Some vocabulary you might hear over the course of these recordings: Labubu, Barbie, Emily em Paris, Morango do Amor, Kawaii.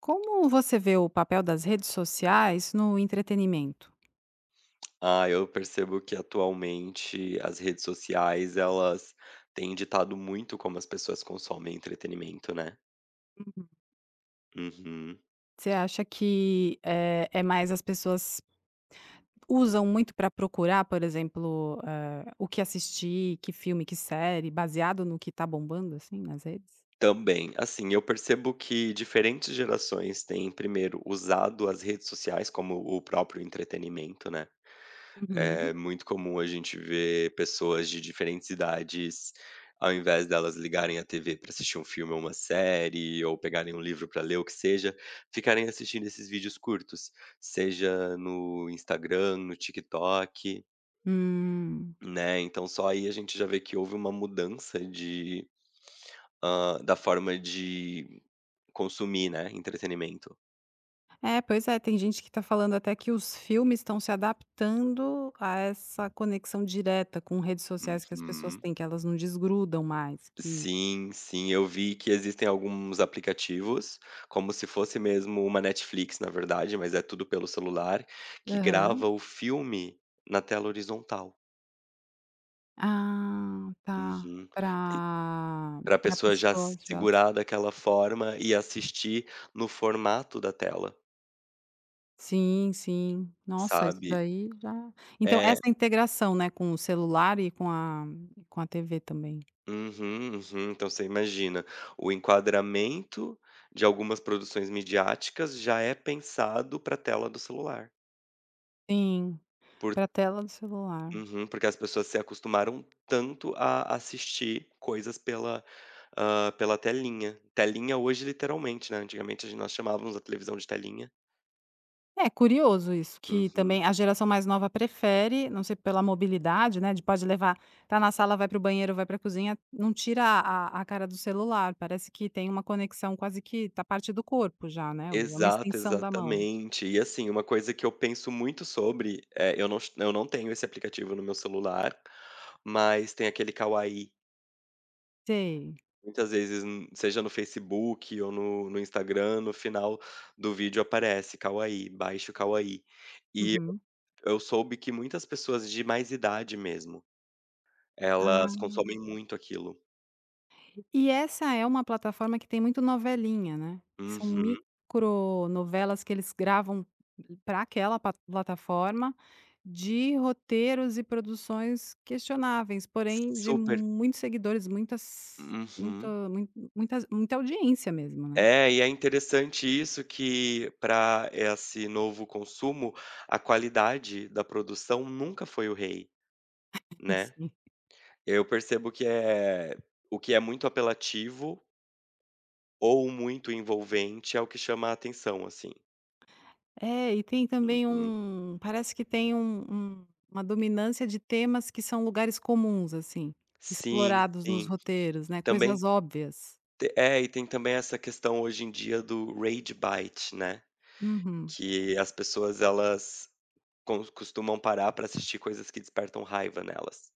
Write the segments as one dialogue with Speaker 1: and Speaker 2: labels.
Speaker 1: Como você vê o papel das redes sociais no entretenimento?
Speaker 2: Ah, eu percebo que atualmente as redes sociais, elas têm ditado muito como as pessoas consomem entretenimento, né.
Speaker 1: Uhum.
Speaker 2: Uhum.
Speaker 1: Você acha que é mais as pessoas usam muito para procurar, por exemplo, o que assistir, que filme, que série, baseado no que tá bombando, assim, nas redes?
Speaker 2: Também. Assim, eu percebo que diferentes gerações têm primeiro usado as redes sociais como o próprio entretenimento, né.
Speaker 1: Uhum.
Speaker 2: É muito comum a gente ver pessoas de diferentes idades, ao invés delas ligarem a TV para assistir um filme ou uma série, ou pegarem um livro para ler, o que seja, ficarem assistindo esses vídeos curtos, seja no Instagram, no TikTok,
Speaker 1: Hum.
Speaker 2: né. Então só aí a gente já vê que houve uma mudança de, da forma de consumir, né, entretenimento.
Speaker 1: É, pois é, tem gente que tá falando até que os filmes estão se adaptando a essa conexão direta com redes sociais que as pessoas
Speaker 2: Uhum.
Speaker 1: têm, que elas não desgrudam mais, que
Speaker 2: Sim, sim, eu vi que existem alguns aplicativos, como se fosse mesmo uma Netflix, na verdade, mas é tudo pelo celular, que grava o filme na tela horizontal.
Speaker 1: Ah, tá.
Speaker 2: Uhum. E
Speaker 1: Pra
Speaker 2: pra
Speaker 1: pra
Speaker 2: pessoa já
Speaker 1: pessoa já assis
Speaker 2: segurar daquela forma e assistir no formato da tela,
Speaker 1: sim, sim. Nossa, isso
Speaker 2: sabe.
Speaker 1: daí já então
Speaker 2: É.
Speaker 1: essa integração, né, com o celular e com a TV também.
Speaker 2: Uhum, uhum. Então você imagina, o enquadramento de algumas produções midiáticas já é pensado para a tela do celular,
Speaker 1: Sim,
Speaker 2: por
Speaker 1: pra tela do celular.
Speaker 2: Uhum, porque as pessoas se acostumaram tanto a assistir coisas pela, pela telinha. Telinha hoje literalmente, né, antigamente a gente nós chamávamos a televisão de telinha.
Speaker 1: É curioso isso, que
Speaker 2: Uhum.
Speaker 1: também a geração mais nova prefere, não sei pela mobilidade, né, de pode levar tá na sala, vai para o banheiro, vai pra cozinha, não tira a cara do celular, parece que tem uma conexão quase que da parte do corpo já, né, é uma
Speaker 2: Exato,
Speaker 1: extensão da mão.
Speaker 2: exatamente. E assim, uma coisa que eu penso muito sobre, eu não tenho esse aplicativo no meu celular, mas tem aquele Kawaii.
Speaker 1: Sei.
Speaker 2: Muitas vezes, seja no Facebook ou no Instagram, no final do vídeo aparece Kawaii, baixe o Kawaii. E
Speaker 1: Uhum.
Speaker 2: Eu soube que muitas pessoas de mais idade mesmo, elas
Speaker 1: Ah,
Speaker 2: consomem muito aquilo.
Speaker 1: e essa é uma plataforma que tem muito novelinha, né, que são
Speaker 2: Uhum.
Speaker 1: micro novelas que eles gravam para aquela pa plataforma, de roteiros e produções questionáveis, porém de
Speaker 2: Super.
Speaker 1: muitos seguidores, muitas muito
Speaker 2: Uhum.
Speaker 1: mui muitas muita audiência mesmo, né,
Speaker 2: É, e é interessante isso que para esse novo consumo, a qualidade da produção nunca foi o rei, né.
Speaker 1: assim.
Speaker 2: Eu percebo que é o que é muito apelativo ou muito envolvente é o que chama a atenção, assim.
Speaker 1: É, e tem também
Speaker 2: Uhum.
Speaker 1: um parece que tem uma dominância de temas que são lugares comuns, assim,
Speaker 2: Sim,
Speaker 1: explorados nos
Speaker 2: sim.
Speaker 1: roteiros, né,
Speaker 2: Também
Speaker 1: coisas óbvias.
Speaker 2: E tem também essa questão hoje em dia do rage bite, né.
Speaker 1: Uhum.
Speaker 2: Que as pessoas elas cons costumam parar para assistir coisas que despertam raiva nelas.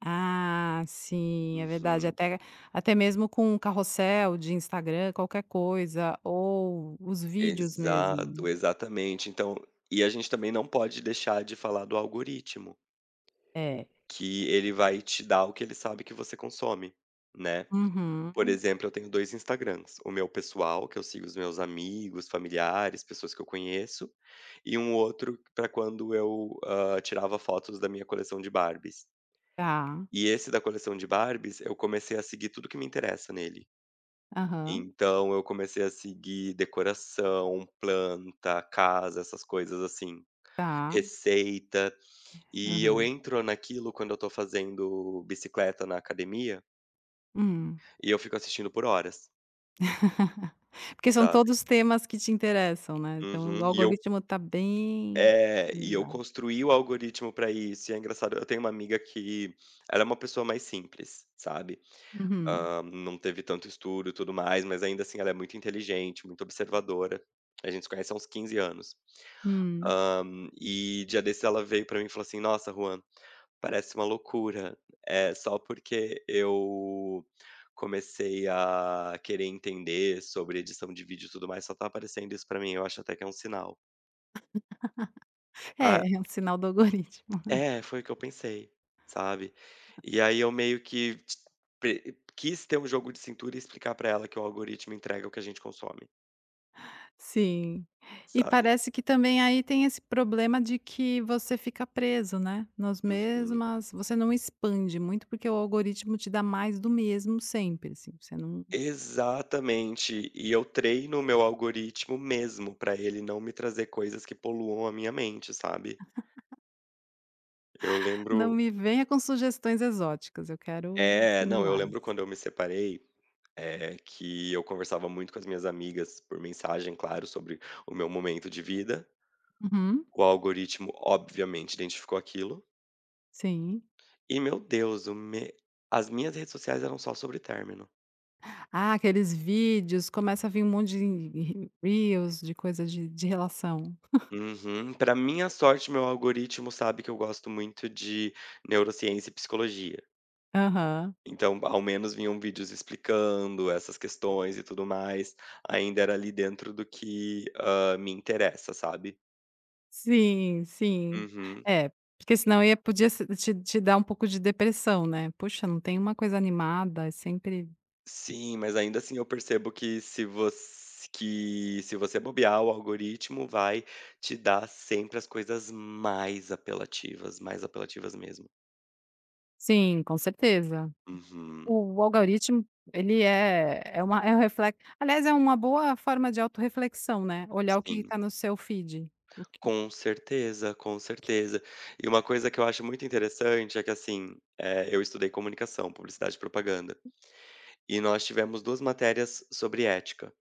Speaker 1: Ah, sim, é verdade.
Speaker 2: Uhum.
Speaker 1: Até até mesmo com um carrossel de Instagram, qualquer coisa, ou os vídeos mesmo,
Speaker 2: Exato,
Speaker 1: né.
Speaker 2: exatamente. Então e a gente também não pode deixar de falar do algoritmo,
Speaker 1: É.
Speaker 2: que ele vai te dar o que ele sabe que você consome, né. Por
Speaker 1: Uhum.
Speaker 2: exemplo, eu tenho 2 Instagrams, o meu pessoal, que eu sigo os meus amigos, familiares, pessoas que eu conheço, e um outro para quando eu, tirava fotos da minha coleção de Barbies.
Speaker 1: Tá.
Speaker 2: E esse da coleção de Barbies, eu comecei a seguir tudo que me interessa nele.
Speaker 1: Aham.
Speaker 2: Então eu comecei a seguir decoração, planta, casa, essas coisas assim,
Speaker 1: Tá.
Speaker 2: receita. E eu
Speaker 1: Aham.
Speaker 2: entro naquilo quando eu tô fazendo bicicleta na academia
Speaker 1: Hum.
Speaker 2: e eu fico assistindo por horas,
Speaker 1: Porque são
Speaker 2: sabe?
Speaker 1: todos temas que te interessam, né, então o
Speaker 2: Uhum. E eu
Speaker 1: algoritmo tá bem organizado.
Speaker 2: construí o algoritmo pra isso. E é engraçado, eu tenho uma amiga que ela é uma pessoa mais simples, sabe?
Speaker 1: Uhum.
Speaker 2: Não teve tanto estudo e tudo mais, mas ainda assim ela é muito inteligente, muito observadora. A gente se conhece há uns 15 anos.
Speaker 1: Hum.
Speaker 2: E dia desses ela veio pra mim e falou assim: "Nossa, Juan, parece uma loucura, é só porque eu comecei a querer entender sobre edição de vídeo e tudo mais, só tá aparecendo isso pra mim, eu acho até que é um sinal".
Speaker 1: É, é um sinal do algoritmo.
Speaker 2: É, foi o que eu pensei, sabe. E aí eu meio que t pre quis ter um jogo de cintura e explicar pra ela que o algoritmo entrega o que a gente consome,
Speaker 1: Sim. E
Speaker 2: sabe.
Speaker 1: parece que também aí tem esse problema de que você fica preso, né, nas
Speaker 2: Uhum.
Speaker 1: mesmas você não expande muito, porque o algoritmo te dá mais do mesmo sempre, assim, você não
Speaker 2: Exatamente. E eu treino o meu algoritmo mesmo pra ele não me trazer coisas que poluam a minha mente, sabe. Eu lembro
Speaker 1: não me venha com sugestões exóticas, eu quero
Speaker 2: é, não, eu lembro
Speaker 1: similares.
Speaker 2: quando eu me separei, que eu conversava muito com as minhas amigas por mensagem, claro, sobre o meu momento de vida.
Speaker 1: Uhum,
Speaker 2: O algoritmo obviamente identificou aquilo.
Speaker 1: sim.
Speaker 2: E meu Deus, o me as minhas redes sociais eram só sobre término.
Speaker 1: Ah, aqueles vídeos, começa a vir um monte de reels de coisas de relação.
Speaker 2: Uhum. Pra minha sorte, meu algoritmo sabe que eu gosto muito de neurociência e psicologia.
Speaker 1: Aham.
Speaker 2: Então, ao menos vinham vídeos explicando essas questões e tudo mais. Ainda era ali dentro do que, me interessa, sabe.
Speaker 1: Sim, sim.
Speaker 2: Uhum.
Speaker 1: É, porque senão ia podia se te dar um pouco de depressão, né. Puxa, não tem uma coisa animada, é sempre.
Speaker 2: Sim, mas ainda assim eu percebo que se você bobear, o algoritmo vai te dar sempre as coisas mais apelativas mesmo.
Speaker 1: Sim, com certeza.
Speaker 2: Uhum.
Speaker 1: O algoritmo, ele é uma é um reflexo, aliás, é uma boa forma de autorreflexão, né, olhar o que
Speaker 2: Sim,
Speaker 1: está no seu feed. O que
Speaker 2: com certeza, com certeza. E uma coisa que eu acho muito interessante é que, assim, eu estudei comunicação, publicidade e propaganda, e nós tivemos 2 matérias sobre ética.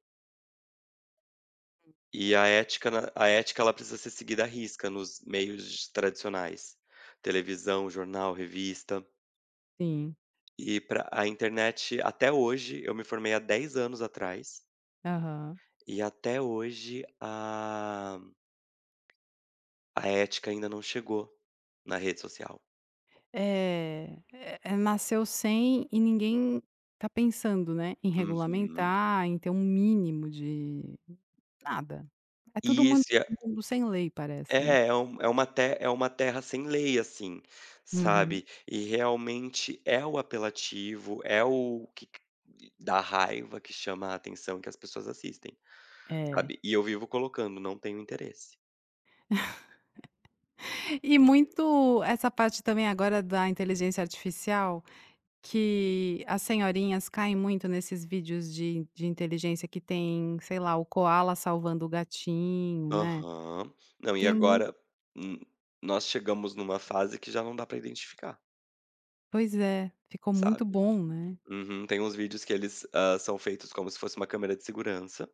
Speaker 2: E a ética ela precisa ser seguida à risca nos meios tradicionais, televisão, jornal, revista.
Speaker 1: sim,
Speaker 2: E para a internet até hoje eu me formei há 10 anos atrás,
Speaker 1: aham.
Speaker 2: e até hoje a ética ainda não chegou na rede social.
Speaker 1: É, nasceu sem e ninguém tá pensando, né, em
Speaker 2: Uhum.
Speaker 1: regulamentar, em ter um mínimo de nada. É tudo muito
Speaker 2: Isso, e é
Speaker 1: mundo sem lei parece, né.
Speaker 2: é é um é uma te é uma terra sem lei, assim,
Speaker 1: Uhum.
Speaker 2: sabe. E realmente é o apelativo, é o que c dá raiva, que chama a atenção, que as pessoas assistem,
Speaker 1: É.
Speaker 2: sabe. E eu vivo colocando: "Não tenho interesse".
Speaker 1: E
Speaker 2: Hum.
Speaker 1: muito essa parte também agora da inteligência artificial, que as senhorinhas caem muito nesses vídeos de inteligência que tem, sei lá, o coala salvando o gatinho, né.
Speaker 2: Aham. Não, e
Speaker 1: Tem muito
Speaker 2: agora, hum, nós chegamos numa fase que já não dá pra identificar,
Speaker 1: pois é, ficou muito
Speaker 2: sabe.
Speaker 1: bom, né.
Speaker 2: Uhum. Tem uns vídeos que eles, são feitos como se fosse uma câmera de segurança.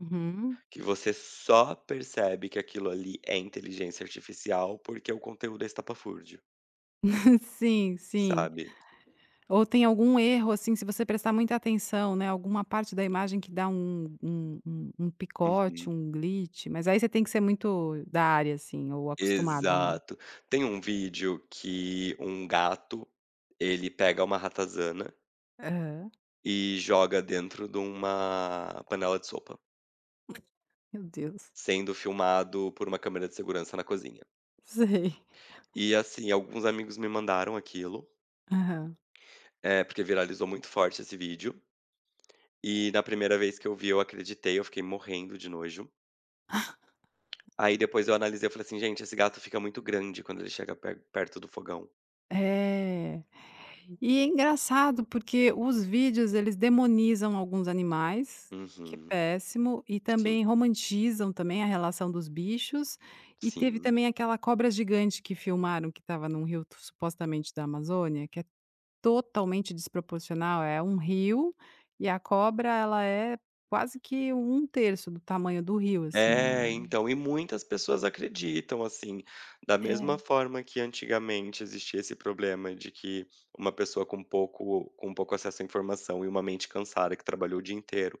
Speaker 1: Uhum.
Speaker 2: Que você só percebe que aquilo ali é inteligência artificial, porque o conteúdo é estapafúrdio,
Speaker 1: Sim, sim.
Speaker 2: sabe.
Speaker 1: Ou tem algum erro, assim, se você prestar muita atenção, né, alguma parte da imagem que dá um picote,
Speaker 2: Uhum.
Speaker 1: um glitch, mas aí você tem que ser muito da área, assim, ou acostumado, né.
Speaker 2: Exato. Tem um vídeo que um gato, ele pega uma ratazana
Speaker 1: Aham.
Speaker 2: e joga dentro de uma panela de sopa,
Speaker 1: Meu Deus.
Speaker 2: sendo filmado por uma câmera de segurança na cozinha.
Speaker 1: Sei.
Speaker 2: E, assim, alguns amigos me mandaram aquilo,
Speaker 1: Aham.
Speaker 2: é porque viralizou muito forte esse vídeo, e na primeira vez que eu vi eu acreditei, eu fiquei morrendo de nojo. Aí depois eu analisei, eu falei assim: "Gente, esse gato fica muito grande quando ele chega perto do fogão".
Speaker 1: É. E é engraçado, porque os vídeos eles demonizam alguns animais, que é
Speaker 2: Uhum.
Speaker 1: péssimo, e
Speaker 2: Sim,
Speaker 1: também romantizam também a relação dos bichos, e teve
Speaker 2: sim.
Speaker 1: também aquela cobra gigante que filmaram que estava num rio supostamente da Amazônia, que é totalmente desproporcional, é um rio e a cobra ela é quase que um terço do tamanho do rio, assim, ela
Speaker 2: É,
Speaker 1: é.
Speaker 2: então, e muitas pessoas acreditam, assim, da mesma forma que antigamente existia esse problema de que uma pessoa com pouco acesso à informação e uma mente cansada que trabalhou o dia inteiro,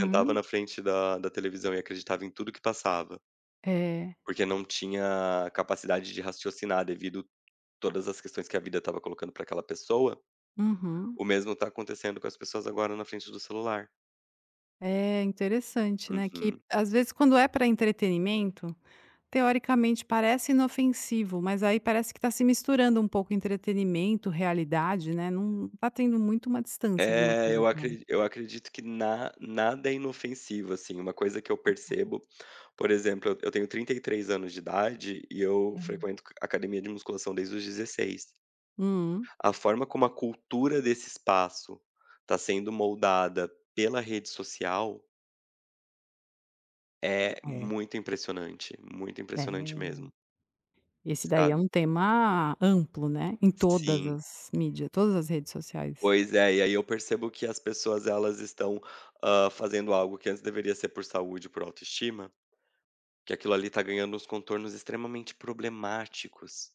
Speaker 2: sentava na frente da televisão e acreditava em tudo que passava,
Speaker 1: É.
Speaker 2: porque não tinha capacidade de raciocinar devido todas as questões que a vida estava colocando para aquela pessoa.
Speaker 1: Uhum.
Speaker 2: O mesmo está acontecendo com as pessoas agora na frente do celular.
Speaker 1: É interessante, né, que
Speaker 2: Uhum.
Speaker 1: às vezes quando é para entretenimento, teoricamente parece inofensivo, mas aí parece que está se misturando um pouco entretenimento, realidade, né, não tá tendo muito uma distância de uma
Speaker 2: É,
Speaker 1: coisa pra outra.
Speaker 2: eu acredito que na nada é inofensivo, assim, uma coisa que eu percebo, por exemplo, eu tenho 33 anos de idade e eu frequento c academia de musculação desde os 16.
Speaker 1: Hum.
Speaker 2: A forma como a cultura desse espaço está sendo moldada pela rede social é
Speaker 1: É,
Speaker 2: muito impressionante
Speaker 1: é.
Speaker 2: mesmo,
Speaker 1: Esse daí é
Speaker 2: sabe.
Speaker 1: um tema amplo, né, em todas
Speaker 2: Sim.
Speaker 1: as mídias, todas as redes sociais.
Speaker 2: Pois é, e aí eu percebo que as pessoas elas estão, fazendo algo que antes deveria ser por saúde, por autoestima, que aquilo ali tá ganhando uns contornos extremamente problemáticos.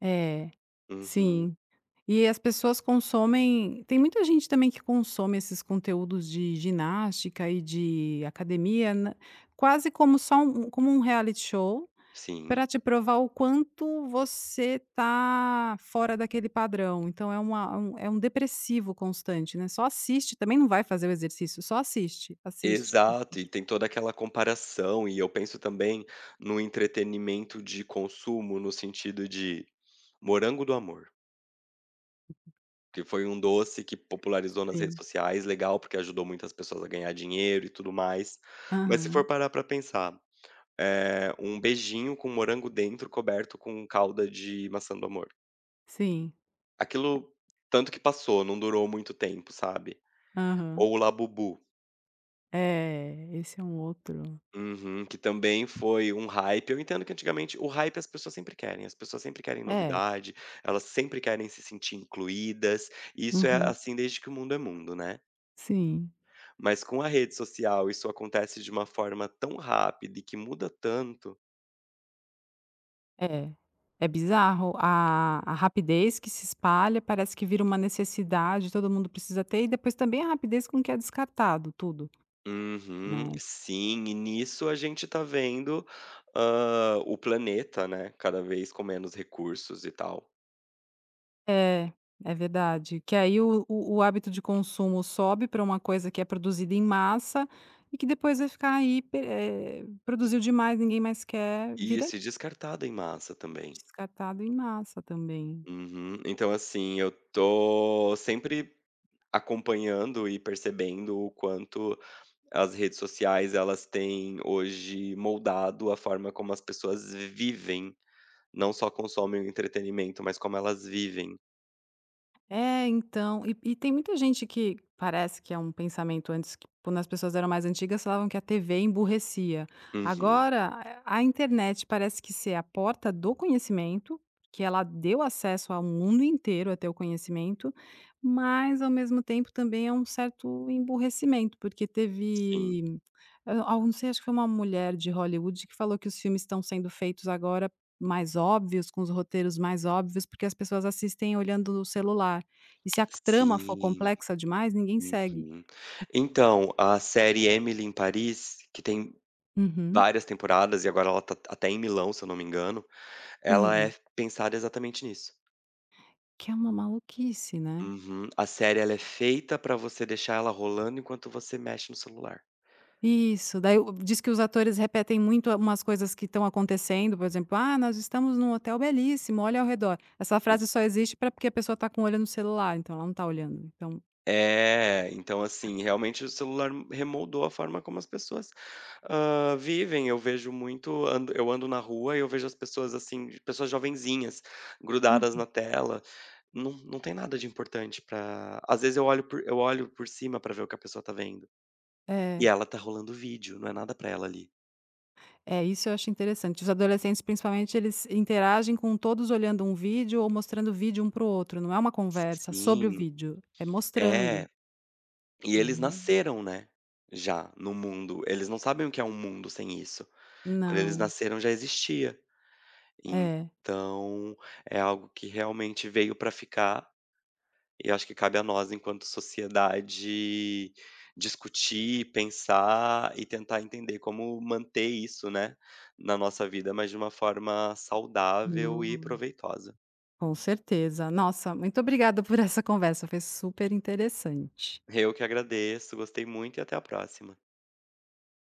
Speaker 1: É,
Speaker 2: Uhum.
Speaker 1: sim. E as pessoas consomem tem muita gente também que consome esses conteúdos de ginástica e de academia na quase como só um como um reality show, para
Speaker 2: Sim.
Speaker 1: te provar o quanto você tá fora daquele padrão. Então é uma um é um depressivo constante, né, só assiste, também não vai fazer o exercício, só assiste, assiste,
Speaker 2: Exato, e
Speaker 1: assiste.
Speaker 2: tem toda aquela comparação, e eu penso também no entretenimento de consumo, no sentido de Morango do Amor, que foi um doce que popularizou nas redes
Speaker 1: Sim.
Speaker 2: sociais, legal, porque ajudou muitas pessoas a ganhar dinheiro e tudo mais. Mas se
Speaker 1: Aham.
Speaker 2: for parar pra pensar. Um beijinho com morango dentro, coberto com calda de maçã do amor.
Speaker 1: Sim,
Speaker 2: Aquilo tanto que passou, não durou muito tempo, sabe.
Speaker 1: aham.
Speaker 2: Ou o Labubu.
Speaker 1: É, esse é um outro
Speaker 2: Uhum, que também foi um hype. Eu entendo que antigamente o hype as pessoas sempre querem, as pessoas sempre querem
Speaker 1: é,
Speaker 2: novidade, elas sempre querem se sentir incluídas, e isso é
Speaker 1: uhum,
Speaker 2: assim desde que o mundo é mundo, né.
Speaker 1: sim,
Speaker 2: Mas com a rede social isso acontece de uma forma tão rápida e que muda tanto.
Speaker 1: é. É bizarro a rapidez que se espalha, parece que vira uma necessidade, todo mundo precisa ter, e depois também a rapidez com que é descartado tudo,
Speaker 2: Uhum,
Speaker 1: né.
Speaker 2: sim, e nisso a gente tá vendo, o planeta, né, cada vez com menos recursos e tal.
Speaker 1: É, é verdade, que aí o hábito de consumo sobe para uma coisa que é produzida em massa e que depois vai ficar aí pe produziu demais, ninguém mais quer,
Speaker 2: E
Speaker 1: vira
Speaker 2: se descartado em massa também.
Speaker 1: descartado em massa também.
Speaker 2: Uhum. Então, assim, eu tô sempre acompanhando e percebendo o quanto as redes sociais, elas têm hoje moldado a forma como as pessoas vivem, não só consomem o entretenimento, mas como elas vivem.
Speaker 1: É, então, e tem muita gente que parece que é um pensamento antes que quando as pessoas eram mais antigas falavam que a TV emburrecia.
Speaker 2: Uhum,
Speaker 1: Agora, a internet parece que ser a porta do conhecimento, que ela deu acesso ao mundo inteiro a ter o conhecimento, mas ao mesmo tempo também é um certo emburrecimento, porque
Speaker 2: sim.
Speaker 1: teve, eu não sei, acho que foi uma mulher de Hollywood que falou que os filmes estão sendo feitos agora mais óbvios, com os roteiros mais óbvios, porque as pessoas assistem olhando o celular. E se a trama for
Speaker 2: Sim.
Speaker 1: complexa demais, ninguém segue.
Speaker 2: Uhum. Então, a série Emily em Paris, que tem
Speaker 1: Uhum.
Speaker 2: várias temporadas e agora ela tá até em Milão, se eu não me engano, ela
Speaker 1: Sim,
Speaker 2: é pensada exatamente nisso.
Speaker 1: que é uma maluquice, né.
Speaker 2: Uhum. A série ela é feita pra você deixar ela rolando enquanto você mexe no celular.
Speaker 1: Isso, daí o diz que os atores repetem muito umas coisas que estão acontecendo, por exemplo: "Ah, nós estamos num hotel belíssimo, olha ao redor". Essa frase só existe para porque a pessoa está com o olho no celular, então ela não está olhando. Então
Speaker 2: É, então assim, realmente o celular remoldou a forma como as pessoas, vivem. Eu vejo muito. Ando eu ando na rua e eu vejo as pessoas, assim, pessoas jovenzinhas, grudadas
Speaker 1: Hum.
Speaker 2: na tela. Não tem nada de importante pra às vezes eu olho por cima pra ver o que a pessoa tá vendo, e
Speaker 1: É,
Speaker 2: ela tá rolando vídeo, não é nada pra ela ali.
Speaker 1: é, isso eu acho interessante. Os adolescentes, principalmente, eles interagem com todos olhando um vídeo ou mostrando vídeo um para o outro, não é uma conversa sobre o
Speaker 2: Sim,
Speaker 1: vídeo, é mostrando.
Speaker 2: é. E eles
Speaker 1: Hum.
Speaker 2: nasceram, né, já no mundo. Eles não sabem o que é um mundo sem isso. Quando eles
Speaker 1: Não,
Speaker 2: nasceram já existia.
Speaker 1: é.
Speaker 2: Então, é algo que realmente veio para ficar, e acho que cabe a nós, enquanto sociedade, discutir, pensar e tentar entender como manter isso, né, na nossa vida, mas de uma forma saudável e
Speaker 1: Hum,
Speaker 2: proveitosa.
Speaker 1: com certeza. Nossa, muito obrigada por essa conversa, foi super interessante.
Speaker 2: Eu que agradeço, gostei muito e até a próxima.